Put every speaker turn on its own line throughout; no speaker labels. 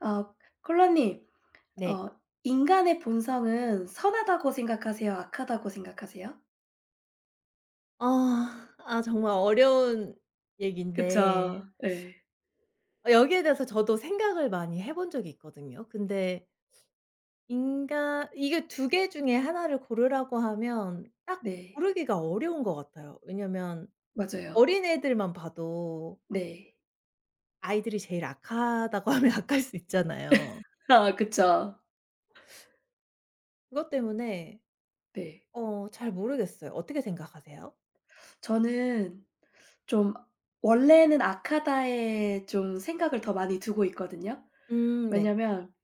어 콜라님,
네.
어 인간의 본성은 선하다고 생각하세요? 악하다고 생각하세요?
아. 정말 어려운 얘기인데
그쵸. 네.
여기에 대해서 저도 생각을 많이 해본 적이 있거든요. 근데 인간 이게 두 개 중에 하나를 고르라고 하면 딱
네.
고르기가 어려운 것 같아요. 왜냐면
맞아요.
어린애들만 봐도
네.
아이들이 제일 악하다고 하면 악할 수 있잖아요.
아 그쵸.
그것 때문에
네.
잘 모르겠어요. 어떻게 생각하세요?
저는 좀 원래는 악하다에 좀 생각을 더 많이 두고 있거든요.
네.
왜냐면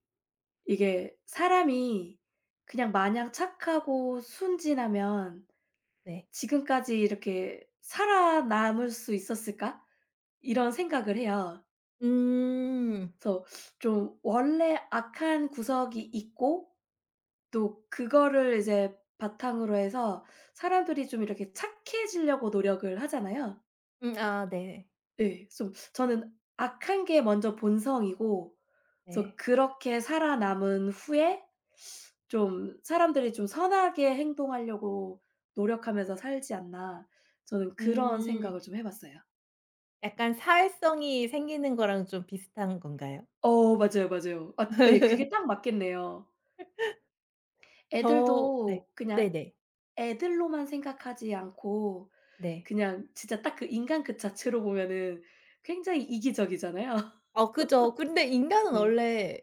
이게 사람이 그냥 마냥 착하고 순진하면
네.
'지금까지 이렇게 살아남을 수 있었을까?' 이런 생각을 해요.
음.
그래서 좀 원래 악한 구석이 있고 또 그거를 이제 바탕으로 해서 사람들이 좀 이렇게 착해지려고 노력을 하잖아요.
아 네.
예. 좀 저는 악한 게 먼저 본성이고 그래서
네.
그렇게 살아남은 후에 좀 사람들이 좀 선하게 행동하려고 노력하면서 살지 않나 저는 그런
음.
생각을 좀 해 봤어요.
약간 사회성이 생기는 거랑 좀 비슷한 건가요?
어 맞아요, 맞아요. 아 예, 그게 딱 맞겠네요.
네.
애들도 그냥
네네.
애들로만 생각하지 않고
네.
그냥 진짜 딱 그 인간 그 자체로 보면은 굉장히 이기적이잖아요.
그죠. 근데 인간은
네.
원래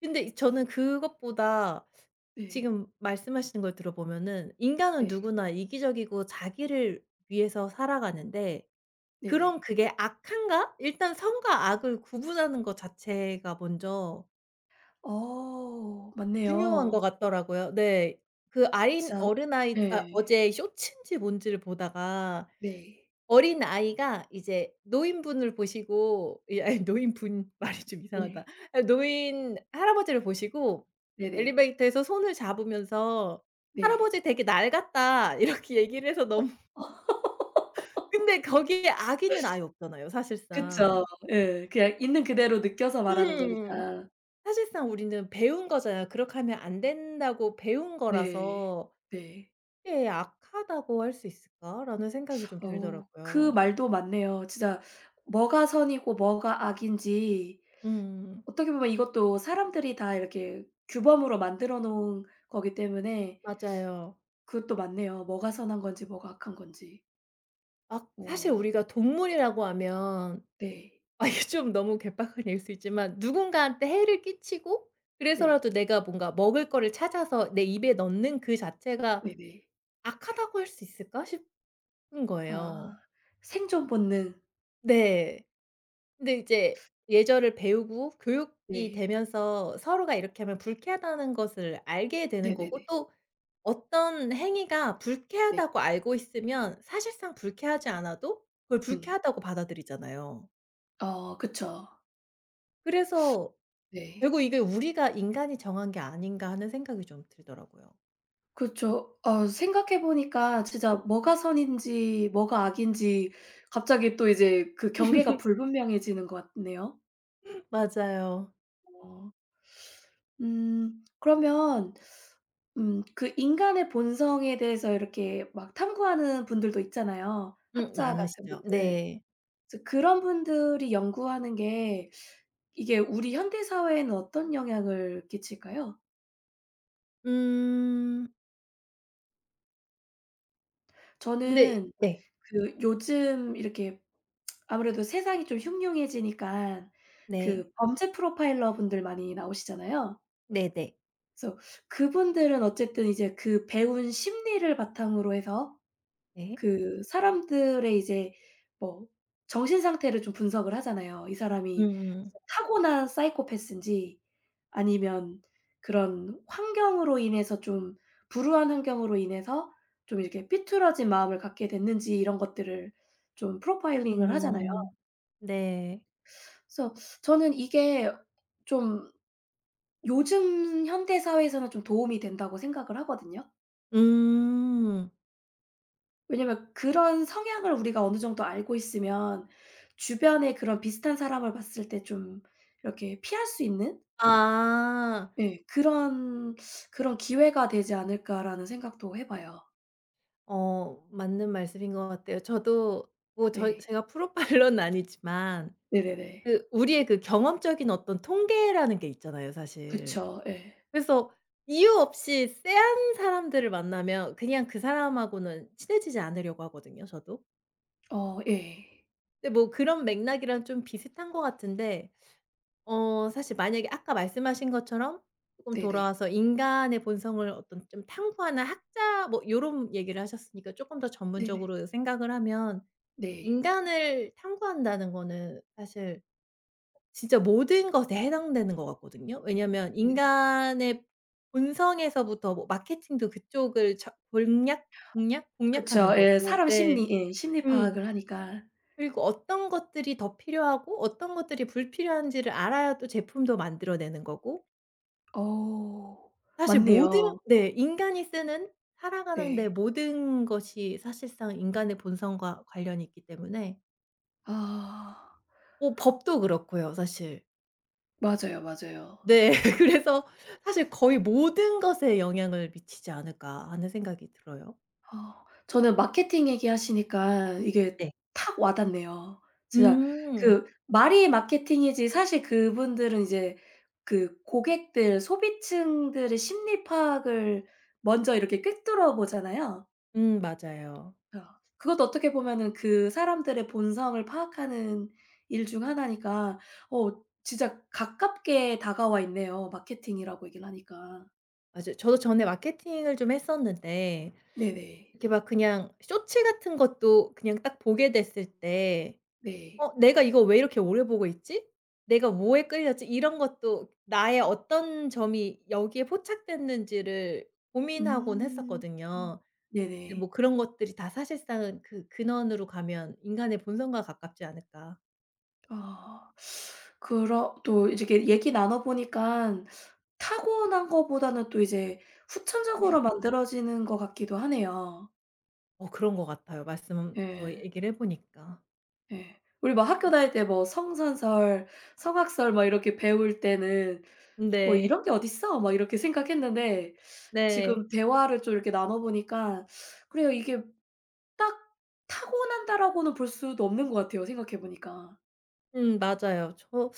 근데 저는 그것보다
네.
지금 말씀하시는 걸 들어보면은 인간은
네.
누구나 이기적이고 자기를 위해서 살아가는데 그럼
네네.
그게 악한가? 일단 선과 악을 구분하는 것 자체가 먼저
어
중요한 것
맞네요.
같더라고요. 네. 그 아인
진짜
어린아이
네,
어제 쇼츠인지 뭔지를 보다가
네.
어린아이가 이제 노인분을 보시고 이 아이 노인분 말이 좀 이상하다.
네.
아 노인 할아버지를 보시고
네네. 네.
엘리베이터에서 손을 잡으면서
네.
"할아버지 되게 낡았다." 이렇게 얘기를 해서 너무 근데 거기에 악의는 아예 없잖아요
그쵸.
사실상.
예. 그냥 있는 그대로 느껴서 말하는
음.
거니까.
사실상 우리는 배운 거잖아요. "그렇게 하면 안 된다."고 배운
네.
거라서
네.
'그게 악하다고 할 수 있을까?'라는 생각이 좀
그
들더라고요.
말도 맞네요. 진짜 뭐가 선이고 뭐가 악인지
음.
어떻게 보면 이것도 사람들이 다 이렇게 규범으로 만들어 놓은 거기 때문에
맞아요.
그것도 맞네요. 뭐가 선한 건지 뭐가 악한 건지.
막 사실
어
우리가 동물이라고 하면
네.
아 이게 좀 너무 개빡한 얘기일 수 있지만 누군가한테 해를 끼치고
네.
그래서라도 내가 뭔가 먹을 거를 찾아서 내 입에 넣는 그 자체가
네네.
'악하다고 할 수 있을까?' 싶은 거예요.
아 생존 본능.
네. 근데 이제 예절을 배우고 교육이
네.
되면서 서로가 이렇게 하면 불쾌하다는 것을 알게 되는
네네네.
거고
네.
또 어떤 행위가
네, 네.
불쾌하다고 알고 있으면 사실상 불쾌하지 않아도 그걸
음.
불쾌하다고 받아들이잖아요.
어 그쵸.
그래서
네.
결국 이게 '우리가 인간이 정한 게 아닌가.' 하는 생각이 좀 들더라고요.
그쵸. 생각해 보니까 진짜 뭐가 선인지 뭐가 악인지 갑자기 또 이제 그 경계가 불분명해지는 것 같네요.
맞아요.
어. 그러면 그 인간의 본성에 대해서 이렇게 막 탐구하는 분들도 있잖아요, 학자 같은
많으시죠.
분들.
네.
그래서 그런 분들이 연구하는 게 이게 우리 현대 사회에는 어떤 영향을 끼칠까요?
음. 근데
저는
네.
그 요즘 이렇게 아무래도 세상이 좀 흉흉해지니까
네.
그 범죄 프로파일러 분들 많이 나오시잖아요.
네네.
그래서 그분들은 어쨌든 이제 그 배운 심리를 바탕으로 해서
네.
그 사람들의 이제 뭐 정신 상태를 좀 분석을 하잖아요. 이 사람이
음음.
진짜 타고난 사이코패스인지 아니면 그런 환경으로 인해서 좀 불우한 환경으로 인해서 좀 이렇게 삐뚤어진 마음을 갖게 됐는지 이런 것들을 좀 프로파일링을 하잖아요.
음. 네.
그래서 저는 이게 좀 요즘 현대 사회에서는 좀 도움이 된다고 생각을 하거든요.
음.
왜냐면 그런 성향을 우리가 어느 정도 알고 있으면 주변에 그런 비슷한 사람을 봤을 때 좀 이렇게 피할 수 있는
아.
예 그런 '기회가 되지 않을까.'라는 생각도 해 봐요.
어 맞는 말씀인 것 같아요. 저도 뭐 저
네.
제가 프로파일러는 아니지만
네네네.
그 우리의 그 경험적인 어떤 통계라는 게 있잖아요 사실.
그쵸. 예.
그래서 이유 없이 쎄한 사람들을 만나면 그냥 그 사람하고는 친해지지 않으려고 하거든요 저도.
어 예.
근데 뭐 그런 맥락이랑 좀 비슷한 것 같은데 사실 만약에 아까 말씀하신 것처럼 쪼끔
네네.
돌아와서 인간의 본성을 어떤 좀 탐구하는 학자 뭐 요런 얘기를 하셨으니까 쪼끔 더
네네.
전문적으로 생각을 하면
네.
인간을 탐구한다는 거는 사실 진짜 모든 것에 해당되는 것 같거든요. 왜냐면
네네.
인간의 본성에서부터 뭐 마케팅도 그쪽을 공략하는
그쵸. 예.
거고
사람
네.
심리 예 심리
음.
파악을 하니까.
그리고 어떤 것들이 더 필요하고 어떤 것들이 불필요한지를 알아야 또 제품도 만들어내는 거고
어
사실 모든
맞네요.
네 인간이 쓰는 살아가는 데
네.
모든 것이 사실상 인간의 본성과 관련이 있기 때문에
아
뭐 법도 그렇고요 사실.
맞아요, 맞아요.
네. 그래서 사실 '거의 모든 것에 영향을 미치지 않을까.' 하는 생각이 들어요.
어. 저는 마케팅 얘기하시니까 이게
네.
탁 와 닿네요. 진짜
음.
그 말이 마케팅이지 사실 그분들은 이제 그 고객들, 소비층들의 심리 파악을 먼저 이렇게 꿰뚫어 보잖아요.
맞아요.
어. 그것도 어떻게 보면은 그 사람들의 본성을 파악하는 일 중 하나니까 진짜 가깝게 다가와 있네요, 마케팅이라고 얘기를 하니까.
맞아요. 저도 전에 마케팅을 좀 했었는데
네네.
이렇게 막 그냥 쇼츠 같은 것도 그냥 딱 보게 됐을 때
네.
'어 내가 이거 왜 이렇게 오래 보고 있지? 내가 뭐에 끌렸지?' 이런 것도 나의 어떤 점이 여기에 포착됐는지를 고민하곤
음. 음.
했었거든요. 근데
네네.
뭐 그런 것들이 다 사실상은 그 근원으로 가면 인간의 본성과 가깝지 않을까.
아. 그러 또 이렇게 얘기 나눠 보니까 타고난 거보다는 또 이제 후천적으로 만들어지는 것 같기도 하네요.
어 그런 것 같아요 말씀 또
예.
얘기를 해 보니까.
예. 우리 막 학교 다닐 때 뭐 성선설, 성악설 막 이렇게 배울 때는 '뭐
네.
이런 게 어딨어?' 막 이렇게 생각했는데
네.
지금 대화를 좀 이렇게 나눠 보니까 그래요. 이게 딱 '타고난다.'라고는 볼 수도 없는 것 같아요, 생각해 보니까.
맞아요. 저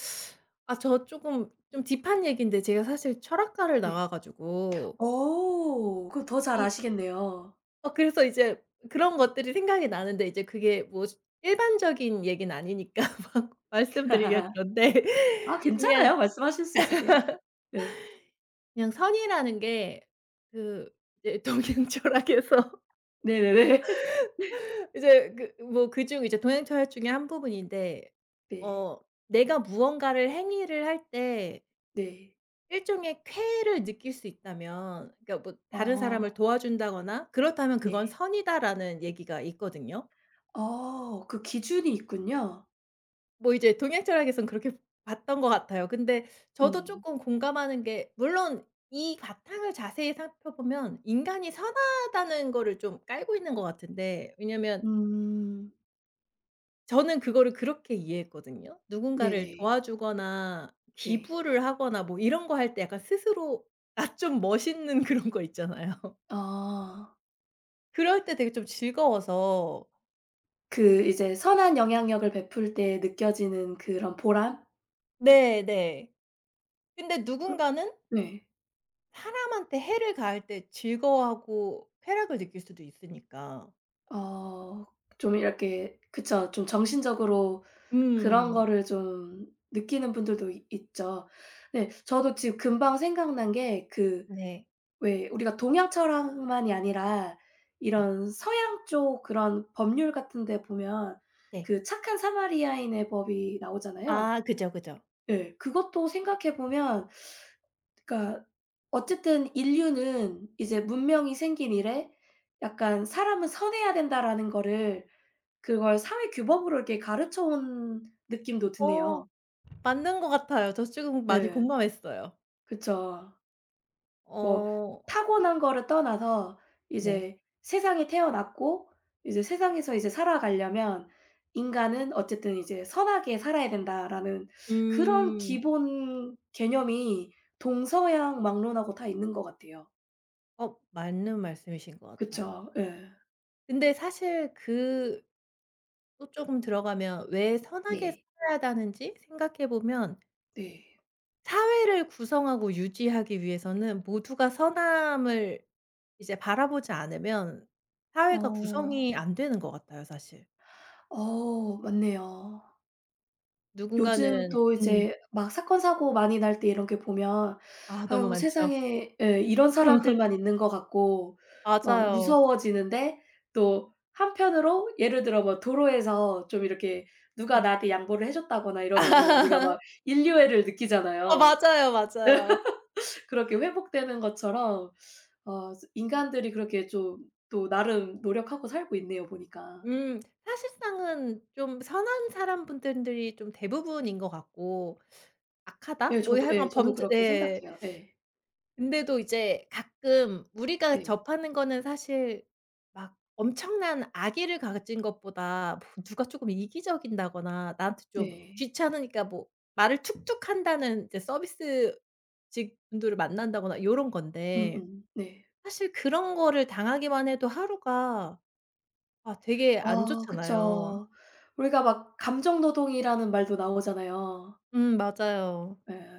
아 저 쪼금 좀 딥한 얘기인데 제가 사실 철학과를
네.
나와 가지고
오, 그럼 더 잘
이
아시겠네요.
어 그래서 이제 그런 것들이 생각이 나는데 이제 그게 뭐 일반적인 얘기는 아니니까 막 말씀드리기가 그런데
아
그냥
괜찮아요. 말씀하실 수 있으세요. 네.
그냥 선이라는 게 그 이제 동양 철학에서
네네네.
이제 그 뭐 그중 이제 동행철학 중에 한 부분인데
네.
어 내가 무언가를 행위를 할 때
네.
일종의 쾌를 느낄 수 있다면 그러니까 뭐 다른
어
사람을 도와준다거나 그렇다면 그건
네.
'선이다.'라는 얘기가 있거든요.
그 기준이 있군요.
뭐 이제 동양철학에선 그렇게 봤던 것 같아요. 근데 저도
음.
조금 공감하는 게 물론 이 바탕을 자세히 살펴보면 인간이 선하다는 거를 좀 깔고 있는 것 같은데 왜냐면
음.
저는 그거를 그렇게 이해했거든요. 누군가를
네네.
도와주거나
네.
기부를 하거나 뭐 이런 거 할 때 약간 스스로 아 좀 멋있는 그런 거 있잖아요.
아.
그럴 때 되게 좀 즐거워서
그 이제 선한 영향력을 베풀 때 느껴지는 그런 보람?
네네. 근데
그
누군가는
네.
사람한테 해를 가할 때 즐거워하고 쾌락을 느낄 수도 있으니까.
어 좀 이렇게 그쵸. 좀 정신적으로 그런
음.
거를 좀 느끼는 분들도 있 있죠. 네. 저도 지금 금방 생각난 게그
네.
왜 우리가 동양 철학만이 아니라
네.
이런 서양 쪽 그런 법률 같은 데 보면
네.
그 착한 사마리아인의 법이 나오잖아요.
아 그죠, 그죠.
예. 그것도 생각해 보면 그러니까 어쨌든 인류는 이제 문명이 생긴 이래 약간 '사람은 선해야 된다.'라는 거를 그걸 사회 규범으로 이렇게 가르쳐 온 느낌도
어
드네요.
맞는 것 같아요. 저 지금 많이
예.
공감했어요.
그쵸. 뭐
어
타고난 거를 떠나서
네.
이제 세상에 태어났고 이제 세상에서 이제 살아가려면 '인간은 어쨌든 이제 선하게 살아야 된다.'라는 그런
음.
기본 개념이 동서양 막론하고 다 있는 것 같아요.
어 맞는 말씀이신 것 같아요.
그쵸. 예.
근데 사실 그 또 쪼금 들어가면 왜 선하게
네.
살아야 하는지 생각해 보면
네.
사회를 구성하고 유지하기 위해서는 모두가 선함을 이제 바라보지 않으면 사회가
어.
구성이 안 되는 것 같아요 사실.
어 맞네요. 요즘
누군가는
또
음.
이제 막 사건 사고 많이 날 때 이런 게 보면
아 너무
'아유
많죠.
세상에' 예 이런 사람들만 있는 것 같고 막
맞아요.
무서워지는데 또 한편으로 예를 들어 뭐 도로에서 좀 이렇게 누가
네.
나한테 양보를 해 줬다거나 이러면은 우리가 막 인류애를
아
느끼잖아요.
맞아요, 맞아요.
그렇게 회복되는 것처럼 인간들이 그렇게 좀 또 나름 노력하고 살고 있네요 보니까.
음. 사실상은 좀 선한 사람 분들이 좀 대부분인 것 같고 악하다?
예
뭐
저도 예
하여간
저도
범죄
그렇게
네.
생각해요. 예.
근데도 이제 가끔 우리가
네.
접하는 거는 사실 막 엄청난 악의를 가진 것보다 뭐 누가 조금 이기적인다거나 나한테 좀
네.
귀찮으니까 뭐 말을 툭툭 한다는 이제 서비스직 분들을 만난다거나 요런 건데
음음. 네.
사실 그런 거를 당하기만 해도 하루가 아 되게 안
아
좋잖아요.
그쵸. 우리가 막 감정 노동이라는 말도 나오잖아요.
맞아요.
예.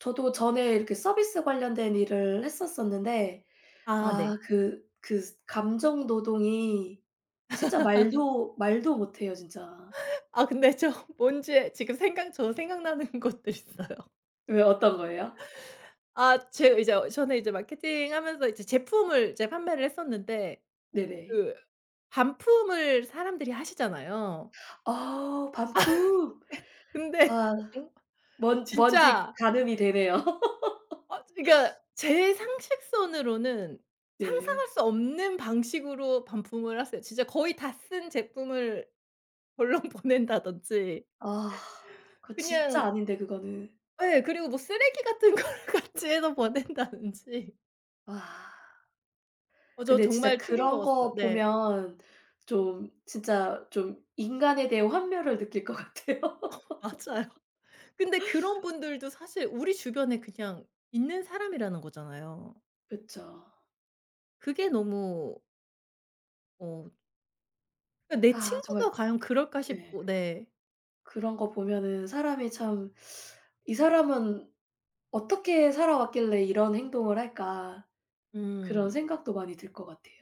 저도 전에 이렇게 서비스 관련된 일을 했었었는데
아
아
네.
그 감정 노동이 진짜 말도 말도 못해요 진짜.
아 근데 저 뭔지 지금 생각나는 것도 있어요.
왜 어떤 거예요?
아 제가 이제 전에 이제 마케팅하면서 이제 제품을 이제 판매를 했었는데
네네.
그 반품을 사람들이 하시잖아요.
아 반품.
근데
아
정
먼 뭔지
진짜
가늠이 되네요.
그러니까 제 상식선으로는
예.
상상할 수 없는 방식으로 반품을 하세요. 진짜 거의 다 쓴 제품을 본론 보낸다든지
아 그거 진짜
그냥
아닌데 그거는.
예. 그리고 뭐 쓰레기 같은 걸 같이 해서 보낸다든지.
와.
저
근데 진짜
정말 충격
그런
먹었어요.
거
네.
보면 좀 진짜 좀 인간에 대해 환멸을 느낄 것 같아요.
맞아요. 근데 그런 분들도 사실 우리 주변에 그냥 있는 사람이라는 거잖아요.
그쵸.
그게 너무 어 그러니까 '내
아 정말
친구가 과연 그럴까?'
네.
싶고 네.
그런 거 보면은 사람이 참 '이 사람은 어떻게 살아왔길래 이런 행동을 할까.' 그런
음.
생각도 많이 들 것 같아요.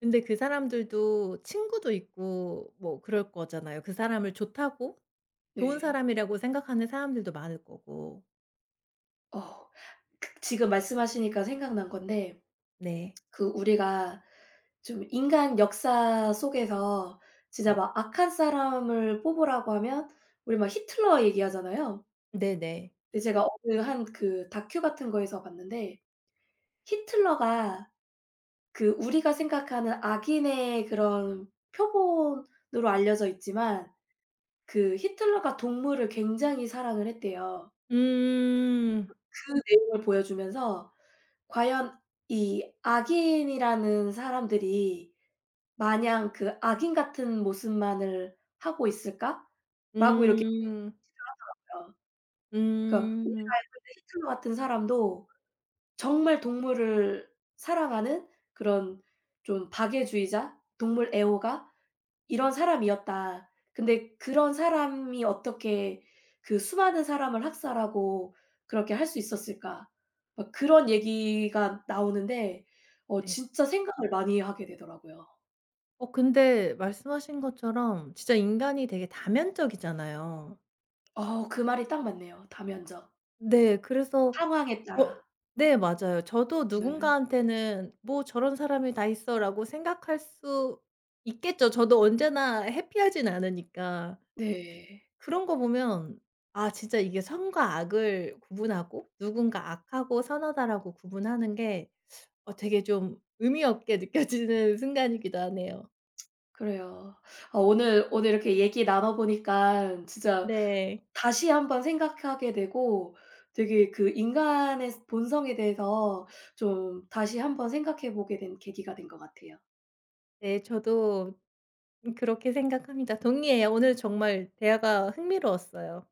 근데 그 사람들도 친구도 있고 뭐 그럴 거잖아요. 그 사람을 좋다고 좋은
네.
사람이라고 생각하는 사람들도 많을 거고.
어 그 지금 말씀하시니까 생각난 건데
네.
그 우리가 좀 인간 역사 속에서 진짜
네.
막 악한 사람을 뽑으라고 하면 우리 막 히틀러 얘기하잖아요.
네네.
근데 제가 어느 한 그 다큐 같은 거에서 봤는데 히틀러가 그 우리가 생각하는 악인의 그런 표본으로 알려져 있지만 그 히틀러가 동물을 굉장히 사랑을 했대요.
음.
그 내용을 보여주면서 과연 이 악인이라는 사람들이 마냥 그 '악인 같은 모습만을 하고 있을까?'라고 이렇게
음.
그러니까
음.
우리나라 히틀러 같은 사람도 정말 동물을 사랑하는 그런 좀 박애주의자, 동물 애호가 이런 사람이었다. 근데 그런 사람이 어떻게 그 수많은 사람을 학살하고 그렇게 할 수 있었을까? 막 그런 얘기가 나오는데
네.
진짜 생각을 많이 하게 되더라고요.
어 근데 말씀하신 것처럼 진짜 인간이 되게 다면적이잖아요.
그 말이 딱 맞네요. 다면적.
네. 그래서
상황에
어
따라.
네 맞아요. 저도
네.
누군가한테는 '뭐 저런 사람이 다 있어.'라고 생각할 수 있겠죠. 저도 언제나 해피하진 않으니까.
네.
그런 거 보면 아 진짜 이게 선과 악을 구분하고 누군가 '악하고 선하다.'라고 구분하는 게 되게 좀 의미 없게 느껴지는 순간이기도 하네요.
그래요. 아 오늘, 이렇게 얘기 나눠 보니까 진짜
네.
다시 한번 생각하게 되고 되게 그 인간의 본성에 대해서 좀 다시 한번 생각해 보게 된 계기가 된 것 같아요.
네 저도 그렇게 생각합니다. 동의해요. 오늘 정말 대화가 흥미로웠어요.